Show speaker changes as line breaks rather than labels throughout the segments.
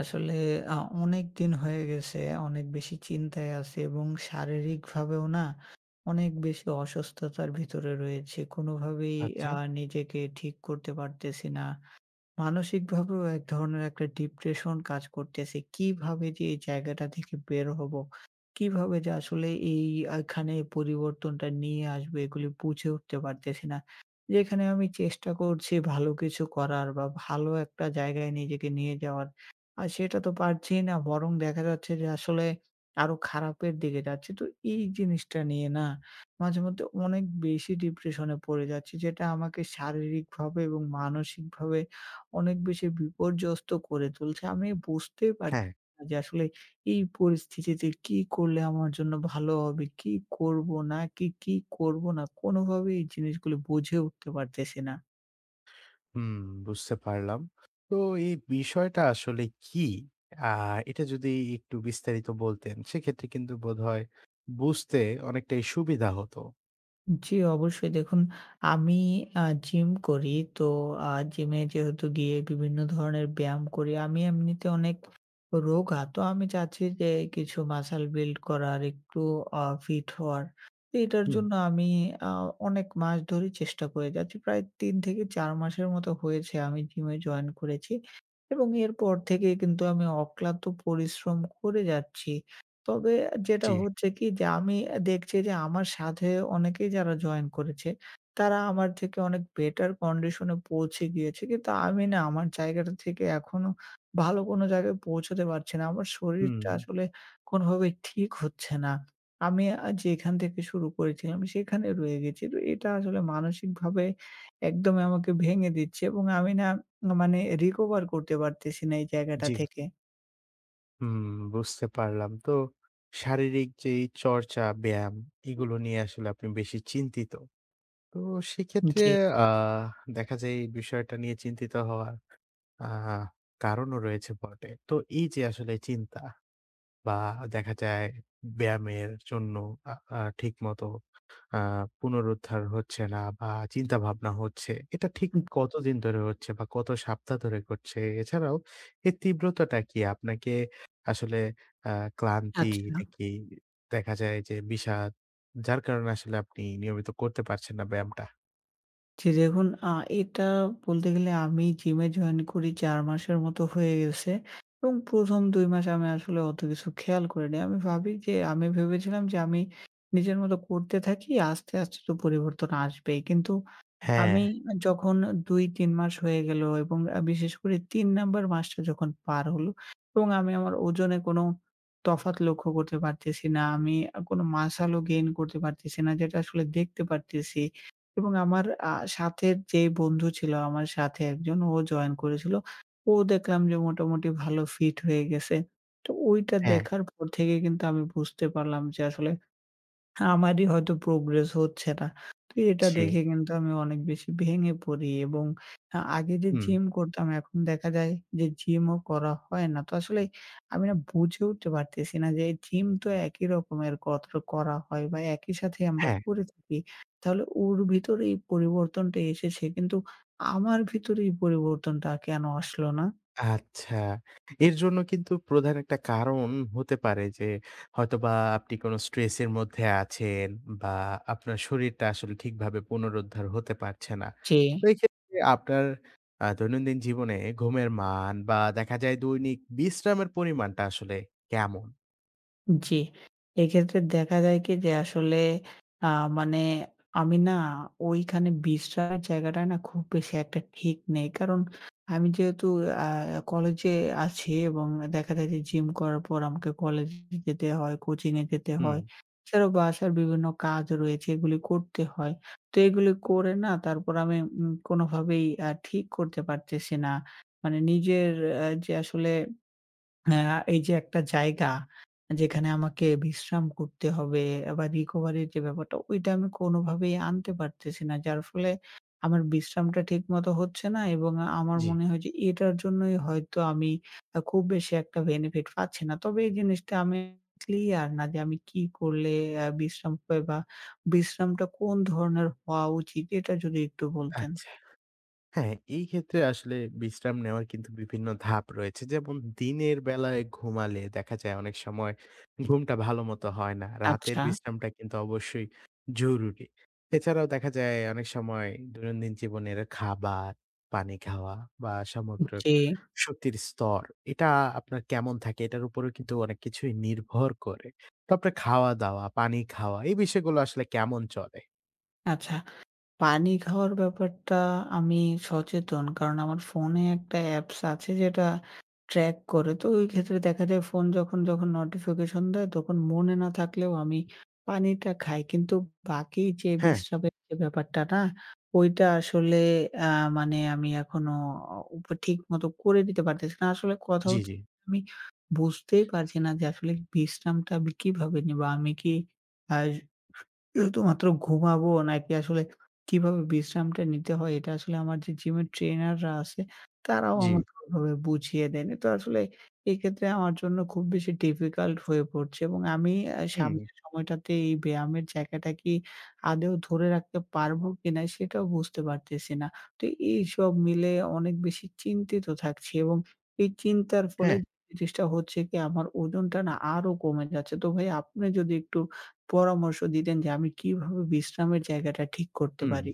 আসলে আ অনেক দিন হয়ে গেছে। অনেক বেশি চিন্তায় আছি এবং শারীরিকভাবেও না অনেক বেশি অসুস্থতার ভিতরে রয়েছি। কোনোভাবেই
আচ্ছা।
আ নিজেকে ঠিক করতে পারতেছি না। মানসিকভাবেও এক ধরনের একটা ডিপ্রেশন কাজ করতেছে। কিভাবে যে এই জায়গাটা থেকে বের হবো? কিভাবে যে আসলে এই এখানে পরিবর্তনটা নিয়ে আসবো, এগুলি বুঝে উঠতে পারতেছি না। যেখানে আমি চেষ্টা করছি ভালো কিছু করার বা ভালো একটা জায়গায় নিজেকে নিয়ে যাওয়ার। আর সেটা তো পারছি না। বরং দেখা যাচ্ছে যে আসলে আরো খারাপের দিকে যাচ্ছে। তো এই জিনিসটা নিয়ে না মাঝেমধ্যে অনেক বেশি ডিপ্রেশনে পড়ে যাচ্ছি, যেটা আমাকে শারীরিকভাবে এবং মানসিকভাবে অনেক বেশি বিপর্যস্ত করে তুলছে। আমি বুঝতেই পারছি
হ্যাঁ,
না যে আসলে এই পরিস্থিতিতে কি করলে আমার জন্য ভালো হবে? কি করব, না কি, কি করব না? কোনোভাবেই এই জিনিসগুলো বুঝে উঠতে পারতেছি না।
হুম বুঝতে পারলাম। তো এই বিষয়টা আসলে কি? আ এটা যদি একটু বিস্তারিত বলতেন, সেক্ষেত্রে কিন্তু বোধহয় বুঝতে অনেকটাই সুবিধা হতো।
জি, অবশ্যই দেখুন, আমি জিম করি। তো জিমে যেহেতু গিয়ে বিভিন্ন ধরনের ব্যায়াম করি। আমি এমনিতে অনেক রোগা। তো আমি চাচ্ছি যে কিছু মাসল বিল্ড করার, একটু ফিট হওয়ার। তো এটার
হুম,
জন্য আমি আ অনেক মাস ধরে চেষ্টা করে যাচ্ছি। প্রায় ৩ থেকে ৪ মাসের মতো হয়েছে আমি জিমে জয়েন করেছি। এবং এরপর থেকে কিন্তু আমি অক্লান্ত পরিশ্রম করে যাচ্ছি। তবে যেটা
জি।
হচ্ছে কি, যে আমি দেখছি যে আমার সাথে অনেকেই যারা জয়েন করেছে, তারা আমার থেকে অনেক বেটার কন্ডিশন এ পৌঁছে গিয়েছে। কিন্তু আমি না আমার জায়গাটা থেকে এখনো ভালো কোনো জায়গায় পৌঁছাতে পারছি না। আমার শরীরটা
হুম,
আসলে কোনোভাবেই ঠিক হচ্ছে না। আমি যেখান থেকে শুরু করেছিলাম সেখানে রয়ে গেছি। তো এটা আসলে মানসিকভাবে একদমই আমাকে ভেঙে দিচ্ছে এবং আমি না মানে রিকভার করতে পারতেছি না এই জায়গাটা
জি,
থেকে।
হুম বুঝতে পারলাম। তো শারীরিক যে এই চর্চা, ব্যায়াম এগুলো নিয়ে আসলে আপনি বেশি চিন্তিত। তো সেক্ষেত্রে
জি,
আ দেখা যায় এই বিষয়টা নিয়ে চিন্তিত হওয়ার আ কারণও রয়েছে বটে। তো এই যে আসলে চিন্তা বা দেখা যায় ব্যায়ামের জন্য আ আ ঠিকমতো আ পুনরুদ্ধার হচ্ছে না বা চিন্তাভাবনা হচ্ছে। এটা ঠিক
হুম,
কতদিন ধরে হচ্ছে বা কত সপ্তাহ ধরে ঘটছে? এছাড়াও এর তীব্রতাটা কি? আপনাকে আসলে আ ক্লান্তি
আচ্ছা।
নাকি দেখা যায় যে বিষাদ, যার কারণে আসলে আপনি নিয়মিত করতে পারছেন না ব্যায়ামটা?
জি, দেখুন, এটা বলতে গেলে আমি জিমে জয়েন করি ৪ মাসের মতো হয়ে গেছে এবং প্রথম ২ মাস আমি আসলে অত কিছু খেয়াল করিনি। আমি ভেবেছিলাম যে আমি নিজের মতো করতে থাকি, আস্তে, আস্তে তো পরিবর্তন আসবেই। কিন্তু
হ্যাঁ,
আমি যখন ২-৩ মাস হয়ে গেল এবং বিশেষ করে ৩ নাম্বার মাসটা যখন পার হলো, এবং আমি আমার ওজনে কোনো তফাৎ লক্ষ্য করতে পারতেছি না। আমি কোনো মাসলও গেইন করতে পারতেছি না, যেটা আসলে দেখতে পারতেছি। এবং আমার সাথের যে বন্ধু ছিল, আমার সাথে একজন ও জয়েন করেছিল। ও দেখলাম যে মোটামুটি ভালো ফিট হয়ে গেছে। তো ওইটা
হ্যাঁ।
দেখার পর থেকে কিন্তু আমি বুঝতে পারলাম যে আসলে আমারই হয়তো প্রোগ্রেস হচ্ছে না। তো এটা
জি।
দেখে কিন্তু আমি অনেক বেশি ভেঙে পড়ি এবং আগে যে
হুম।
জিম করতাম, এখন দেখা যায় যে জিমও করা হয় না। তো আসলে আমি না বুঝে উঠতে পারতেছি না যে জিম তো একই রকমের কত করা হয়, বা একই সাথে আমরা
হ্যাঁ।
করে থাকি। তাহলে ওর ভিতরে এই পরিবর্তনটা এসেছে, কিন্তু আমার ভিতরে এই পরিবর্তনটা কেন আসলো না?
আচ্ছা। এর জন্য কিন্তু প্রধান একটা কারণ হতে পারে যে, হয়তোবা আপনি কোনো স্ট্রেস এর মধ্যে আছেন বা আপনার শরীরটা আসলে ঠিকভাবে পুনরুদ্ধার হতে পারছে না।
যে
তো এক্ষেত্রে আপনার দৈনন্দিন জীবনে ঘুমের মান বা দেখা যায় দৈনিক বিশ্রামের পরিমাণটা আসলে কেমন?
জি। এক্ষেত্রে দেখা যায় কি, যে আসলে আ মানে আমি না ওইখানে বিশ্রামের জায়গাটায় না খুব বেশি একটা ঠিক নেই। কারণ আমি যেহেতু আ কলেজে আছি, এবং দেখা যায় যে জিম করার পর আমাকে কলেজে যেতে হয়, কোচিং এ যেতে
হুম,
হয়। এছাড়াও বাসার বিভিন্ন কাজ রয়েছে, এগুলি করতে হয়। তো এগুলি করে না তারপর আমি কোনোভাবেই ঠিক করতে পারতেছি না। মানে নিজের যে আসলে আ এই যে একটা জায়গা, যেখানে আমাকে বিশ্রাম করতে হবে বা recovery র যে ব্যাপারটা, ওইটা আমি কোনোভাবেই আনতে পারতেছি না। যার ফলে আমার বিশ্রামটা ঠিকমতো হচ্ছে না, এবং আমার
জি,
মনে হয় যে এটার জন্যই হয়তো আমি খুব বেশি একটা benefit পাচ্ছি না। তবে এই জিনিসটা আমি ক্লিয়ার না, যে আমি কি করলে বিশ্রাম পাই, বা বিশ্রামটা কোন ধরনের হওয়া উচিত, এটা যদি একটু বলতেন।
আচ্ছা। হ্যাঁ, এই ক্ষেত্রে আসলে বিশ্রাম নেওয়ার কিন্তু বিভিন্ন ধাপ রয়েছে। যেমন দিনের বেলায় ঘুমালে দেখা যায় অনেক সময় ঘুমটা ভালো মতো হয় না। রাতের
আচ্ছা,
বিশ্রামটা কিন্তু অবশ্যই জরুরি। এছাড়াও দেখা যায় অনেক সময় দৈনন্দিন জীবনের খাবার, পানি খাওয়া বা সামগ্রিক
জি,
শক্তির স্তর এটা আপনার কেমন থাকে এটার উপরেও কিন্তু অনেক কিছুই নির্ভর করে। তো আপনার খাওয়া-দাওয়া, পানি খাওয়া এই বিষয়গুলো আসলে কেমন চলে?
আচ্ছা। পানি খাওয়ার ব্যাপারটা আমি সচেতন। কারণ আমার ফোনে একটা অ্যাপস আছে, যেটা ট্র্যাক করে। তো ওই ক্ষেত্রে দেখা যায় ফোন যখন নোটিফিকেশন দেয়, তখন মনে না থাকলেও আমি পানিটা খাই। কিন্তু বাকি যে
হ্যাঁ,
বিশ্রামের যে ব্যাপারটা না, ওইটা আসলে আ মানে আমি এখনো ঠিকমতো করে দিতে পারতেছি না। আসলে কথা
জি,
হচ্ছে, আমি বুঝতেই পারছি না যে আসলে বিশ্রামটা আমি কিভাবে নিবো? আমি কি আ শুধুমাত্র ঘুমাবো, নাকি আসলে কিভাবে বিশ্রামটা নিতে হয়, এটা আসলে আমার যে জিমের ট্রেনাররা আছে, তারাও
জি।
আমাকে ওভাবে বুঝিয়ে দেয়নি। তো আসলে এক্ষেত্রে আমার জন্য খুব বেশি ডিফিকাল্ট হয়ে পড়ছে, এবং আমি
হুম,
সামনের সময়টাতে এই ব্যায়ামের জায়গাটা কি আদৌ ধরে রাখতে পারবো কিনা, সেটাও বুঝতে পারতেছি না। তো এইসব মিলে অনেক বেশি চিন্তিত থাকছি, এবং এই চিন্তার ফলে
হ্যাঁ,
জিনিসটা হচ্ছে কি, আমার ওজনটা না আরো কমে যাচ্ছে। তো ভাই, আপনি যদি একটু পরামর্শ দিতেন, যে আমি কিভাবে বিশ্রামের জায়গাটা ঠিক করতে
হুম।
পারি।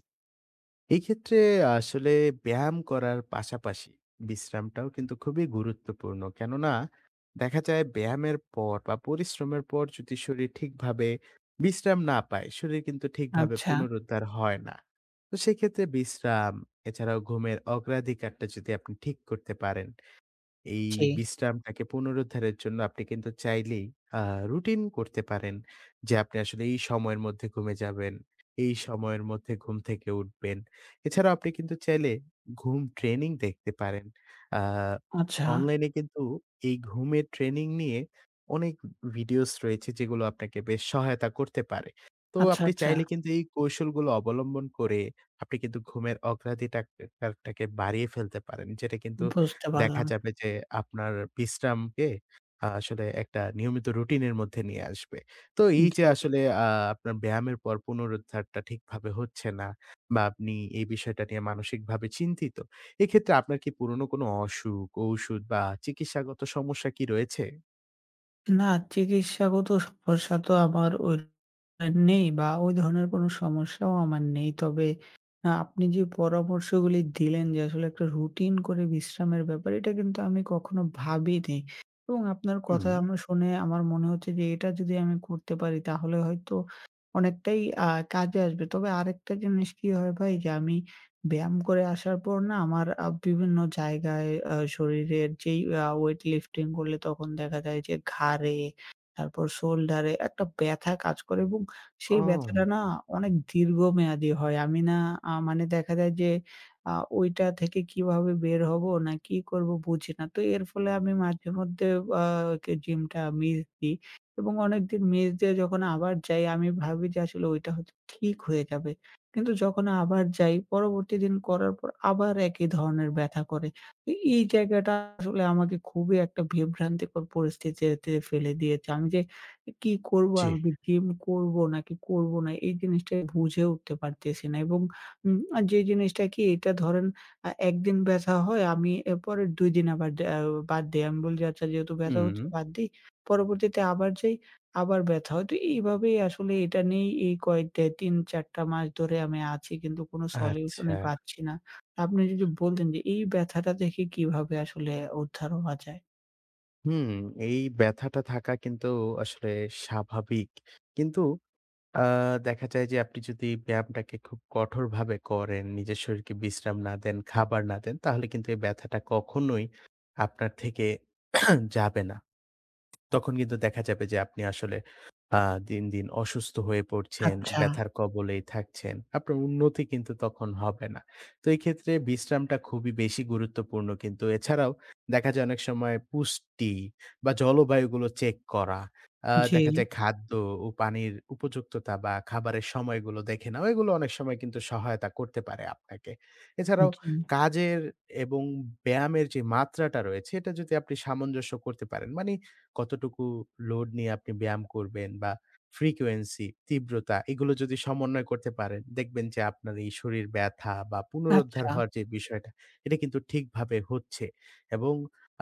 এই ক্ষেত্রে আসলে ব্যায়াম করার পাশাপাশি বিশ্রামটাও কিন্তু খুবই গুরুত্বপূর্ণ। কেননা দেখা যায় ব্যায়ামের পর বা পরিশ্রমের পর যদি শরীর ঠিকভাবে বিশ্রাম না পায়, শরীর কিন্তু ঠিকভাবে
আচ্ছা,
পুনরুদ্ধার হয় না। তো সেক্ষেত্রে বিশ্রাম, এছাড়াও ঘুমের অগ্রাধিকারটা যদি আপনি ঠিক করতে পারেন এই
জি।
বিশ্রামটাকে পুনরুদ্ধারের জন্য আপনি কিন্তু চাইলেই আ রুটিন করতে পারেন যে, আপনি আসলে এই সময়ের মধ্যে ঘুমে যাবেন, এই সময়ের মধ্যে ঘুম থেকে উঠবেন। এছাড়াও আপনি কিন্তু চাইলে ঘুম ট্রেনিং দেখতে পারেন। আ
আচ্ছা,
অনলাইনে কিন্তু এই ঘুমের ট্রেনিং নিয়ে অনেক ভিডিওস রয়েছে যেগুলো আপনাকে বেশ সহায়তা করতে পারে। তো
আচ্ছা,
আপনি
আচ্ছা,
চাইলে কিন্তু এই কৌশলগুলো অবলম্বন করে আপনি কিন্তু ঘুমের অগ্রাধিটাক টাকে বাড়িয়ে ফেলতে পারেন। যেটা কিন্তু
বুঝতে
দেখা
পারলাম।
যাবে যে আপনার বিশ্রামকে আসলে একটা নিয়মিত রুটিনের মধ্যে নিয়ে আসবে। তো এই যে
জি।
আসলে আপনার ব্যায়ামের পর পুনরুদ্ধারটা ঠিকভাবে হচ্ছে না বা আপনি এই বিষয়টা নিয়ে মানসিকভাবে চিন্তিত। এক্ষেত্রে আপনার কি পুরনো কোনো অসুখ, ঔষুধ বা চিকিৎসাগত সমস্যা কি রয়েছে?
না, চিকিৎসাগত সমস্যা তো আমার ওই নেই, বা ওই ধরনের কোনো সমস্যাও আমার নেই। তবে আপনি যে পরামর্শগুলি দিলেন, যে আসলে একটা রুটিন করে বিশ্রামের ব্যাপার, এটা কিন্তু আমি কখনো ভাবিনি। এবং আপনার কথা
হুম।
আমার শুনে আমার মনে হচ্ছে যে এটা যদি আমি করতে পারি, তাহলে হয়তো অনেকটাই আ কাজে আসবে। তবে আরেকটা জিনিস কি হয় ভাই, যে আমি ব্যায়াম করে আসার পর না আমার বিভিন্ন জায়গায় শরীরের যেই ওয়েট লিফটিং করলে, তখন দেখা যায় যে ঘাড়ে, তারপর শোল্ডারে একটা ব্যথা কাজ করে, এবং সেই ব্যথাটা
ও
না অনেক দীর্ঘমেয়াদী হয়। আমি না মানে দেখা যায় যে আ ওইটা থেকে কিভাবে বের হবো, না কি করবো, বুঝি না। তো এর ফলে আমি মাঝেমধ্যে আ জিমটা মিস দিই, এবং অনেকদিন মিস দিয়ে যখন আবার যাই, আমি ভাবি যে আসলে ওইটা হয়তো ঠিক হয়ে যাবে। কিন্তু যখন আবার যাই, পরবর্তী দিন করার পর আবার একই ধরনের ব্যথা করে। এই জায়গাটা আসলে আমাকে খুবই একটা বিভ্রান্তিকর পরিস্থিতিতে ফেলে দিয়েছে। আমি যে কি করবো,
জি।
আমি কি জিম করবো নাকি করবো না? এই জিনিসটাই বুঝে উঠতে পারতেছি না, এবং উম আ যে জিনিসটা কি, এটা ধরেন একদিন ব্যাথা হয়, আমি এর পরের ২ দিন আবার দে আ বাদ দেই। আমি বলি যে, "আচ্ছা, যেহেতু ব্যথা
হুম,
হচ্ছে, বাদ দেই।" পরবর্তীতে আবার যাই, আবার ব্যথা হয়। তো এইভাবেই আসলে এটা নিয়েই এই কয়েক ৩-৪ টা মাস ধরে আমি আছি, কিন্তু কোনো সলিউশন ই
আচ্ছা।
পাচ্ছি না। আপনি যদি বলতেন যে এই ব্যথাটা থেকে কিভাবে আসলে উদ্ধার হওয়া যায়?
হুম, এই ব্যথাটা থাকা কিন্তু আসলে স্বাভাবিক। কিন্তু আ দেখা যায় যে আপনি যদি ব্যায়ামটাকে খুব কঠোরভাবে করেন, নিজের শরীরকে বিশ্রাম না দেন, খাবার না দেন, তাহলে কিন্তু এই ব্যথাটা কখনোই আপনার থেকে যাবে না। তখন কিন্তু দেখা যাবে যে আপনি আসলে আ দিন, দিন অসুস্থ হয়ে পড়ছেন,
আচ্ছা।
ব্যথার কবলেই থাকছেন। আপনার উন্নতি কিন্তু তখন হবে না। তো এই ক্ষেত্রে বিশ্রামটা খুবই বেশি গুরুত্বপূর্ণ কিন্তু। এছাড়াও দেখা যায় অনেক সময় পুষ্টি বা জলবায়ুগুলো চেক করা।
জি,
দেখা যায় খাদ্য ও পানির উপযুক্ততা বা খাবারের সময়গুলো দেখে নেওয়া, এগুলো অনেক সময় কিন্তু সহায়তা করতে পারে আপনাকে। এছাড়াও
জি।
কাজের এবং ব্যায়ামের যে মাত্রাটা রয়েছে, এটা যদি আপনি সামঞ্জস্য করতে পারেন, মানে কতটুকু লোড নিয়ে আপনি ব্যায়াম করবেন বা ফ্রিকোয়েন্সি, তীব্রতা এগুলো যদি সমন্বয় করতে পারেন, দেখবেন যে আপনার এই শরীর ব্যাথা বা পুনরুদ্ধার
আচ্ছা।
হওয়ার যে বিষয়টা, এটা কিন্তু ঠিকভাবে হচ্ছে এবং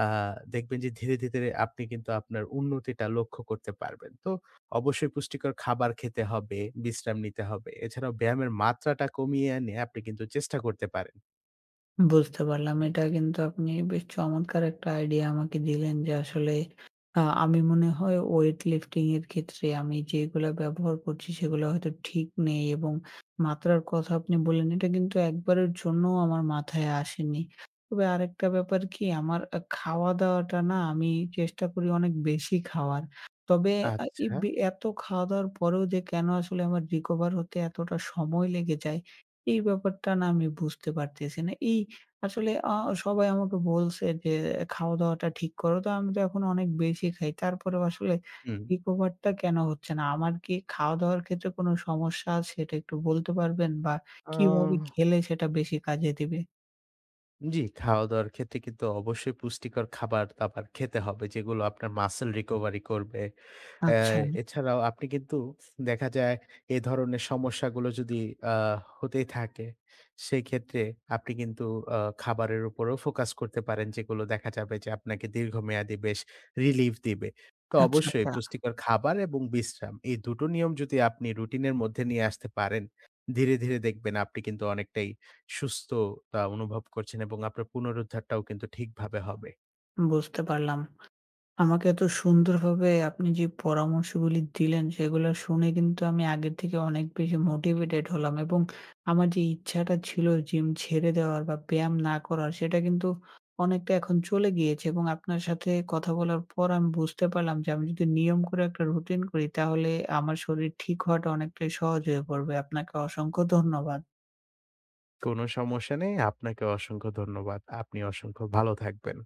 আ দেখবেন যে ধীরে, ধীরে আপনি কিন্তু আপনার উন্নতিটা লক্ষ্য করতে পারবেন। তো অবশ্যই পুষ্টিকর খাবার খেতে হবে, বিশ্রাম নিতে হবে। এছাড়াও ব্যায়ামের মাত্রাটা কমিয়ে এনে আপনি কিন্তু চেষ্টা করতে পারেন।
বুঝতে পারলাম। এটা কিন্তু আপনি বেশ চমৎকার একটা আইডিয়া আমাকে দিলেন, যে আসলে আমি মনে হয় ওয়েট লিফটিং এর ক্ষেত্রে আমি যেগুলা ব্যবহার করছি সেগুলো হয়তো ঠিক নেই, এবং মাত্রার কথা আপনি বললেন, এটা কিন্তু একবারের জন্যও আমার মাথায় আসেনি। তবে আরেকটা ব্যাপার কি, আমার খাওয়া-দাওয়াটা না আমি চেষ্টা করি অনেক বেশি খাওয়ার। তবে এই
আচ্ছা,
এত খাওয়া-দাওয়ার পরেও যে কেন আসলে আমার রিকভার হতে এতটা সময় লেগে যায়, এই ব্যাপারটা না আমি বুঝতে পারতেছি না। এই আসলে সবাই আমাকে বলছে যে, "খাওয়া-দাওয়াটা ঠিক করো।" তো আমি তো এখন অনেক বেশি খাই। তারপরেও আসলে
হুম।
recover টা কেন হচ্ছে না? আমার কি খাওয়া-দাওয়ার ক্ষেত্রে কোনো সমস্যা আছে? এটা একটু বলতে পারবেন? বা
আ
কিভাবে খেলে সেটা বেশি কাজে দিবে?
জি, খাওয়া-দাওয়ার ক্ষেত্রে কিন্তু অবশ্যই পুষ্টিকর খাবার-দাবার খেতে হবে যেগুলো আপনার মাসল রিকভারি করবে। অ্যা
আচ্ছা,
এছাড়াও আপনি কিন্তু দেখা যায় এ ধরনের সমস্যাগুলো যদি আ হতেই থাকে, সেক্ষেত্রে আপনি কিন্তু খাবারের উপরেও ফোকাস করতে পারেন, যেগুলো দেখা যাবে যে আপনাকে দীর্ঘমেয়াদী বেশ রিলিফ দিবে। তো
আচ্ছা,
অবশ্যই
আচ্ছা।
পুষ্টিকর খাবার এবং বিশ্রাম এই ২টো টো নিয়ম যদি আপনি রুটিনের মধ্যে নিয়ে আসতে পারেন, ধীরে, ধীরে দেখবেন আপনি কিন্তু অনেকটাই সুস্থতা অনুভব করছেন এবং আপনার পুনরুদ্ধারটাও কিন্তু ঠিকভাবে হবে।
বুঝতে পারলাম। আমাকে এত সুন্দরভাবে আপনি যে পরামর্শগুলি দিলেন, সেগুলো শুনে কিন্তু আমি আগের থেকে অনেক বেশি মোটিভেটেড হলাম, এবং আমার যে ইচ্ছাটা ছিল জিম ছেড়ে দেওয়ার বা ব্যায়াম না করার, সেটা কিন্তু অনেকটা এখন চলে গিয়েছে, এবং আপনার সাথে কথা বলার পর আমি বুঝতে পারলাম যে আমি যদি নিয়ম করে একটা রুটিন করি, তাহলে আমার শরীর ঠিক হওয়াটা অনেকটাই সহজ হয়ে পড়বে। আপনাকে অসংখ্য ধন্যবাদ।
কোনো সমস্যা নেই। আপনাকে অসংখ্য ধন্যবাদ। আপনি অসংখ্য ভালো থাকবেন।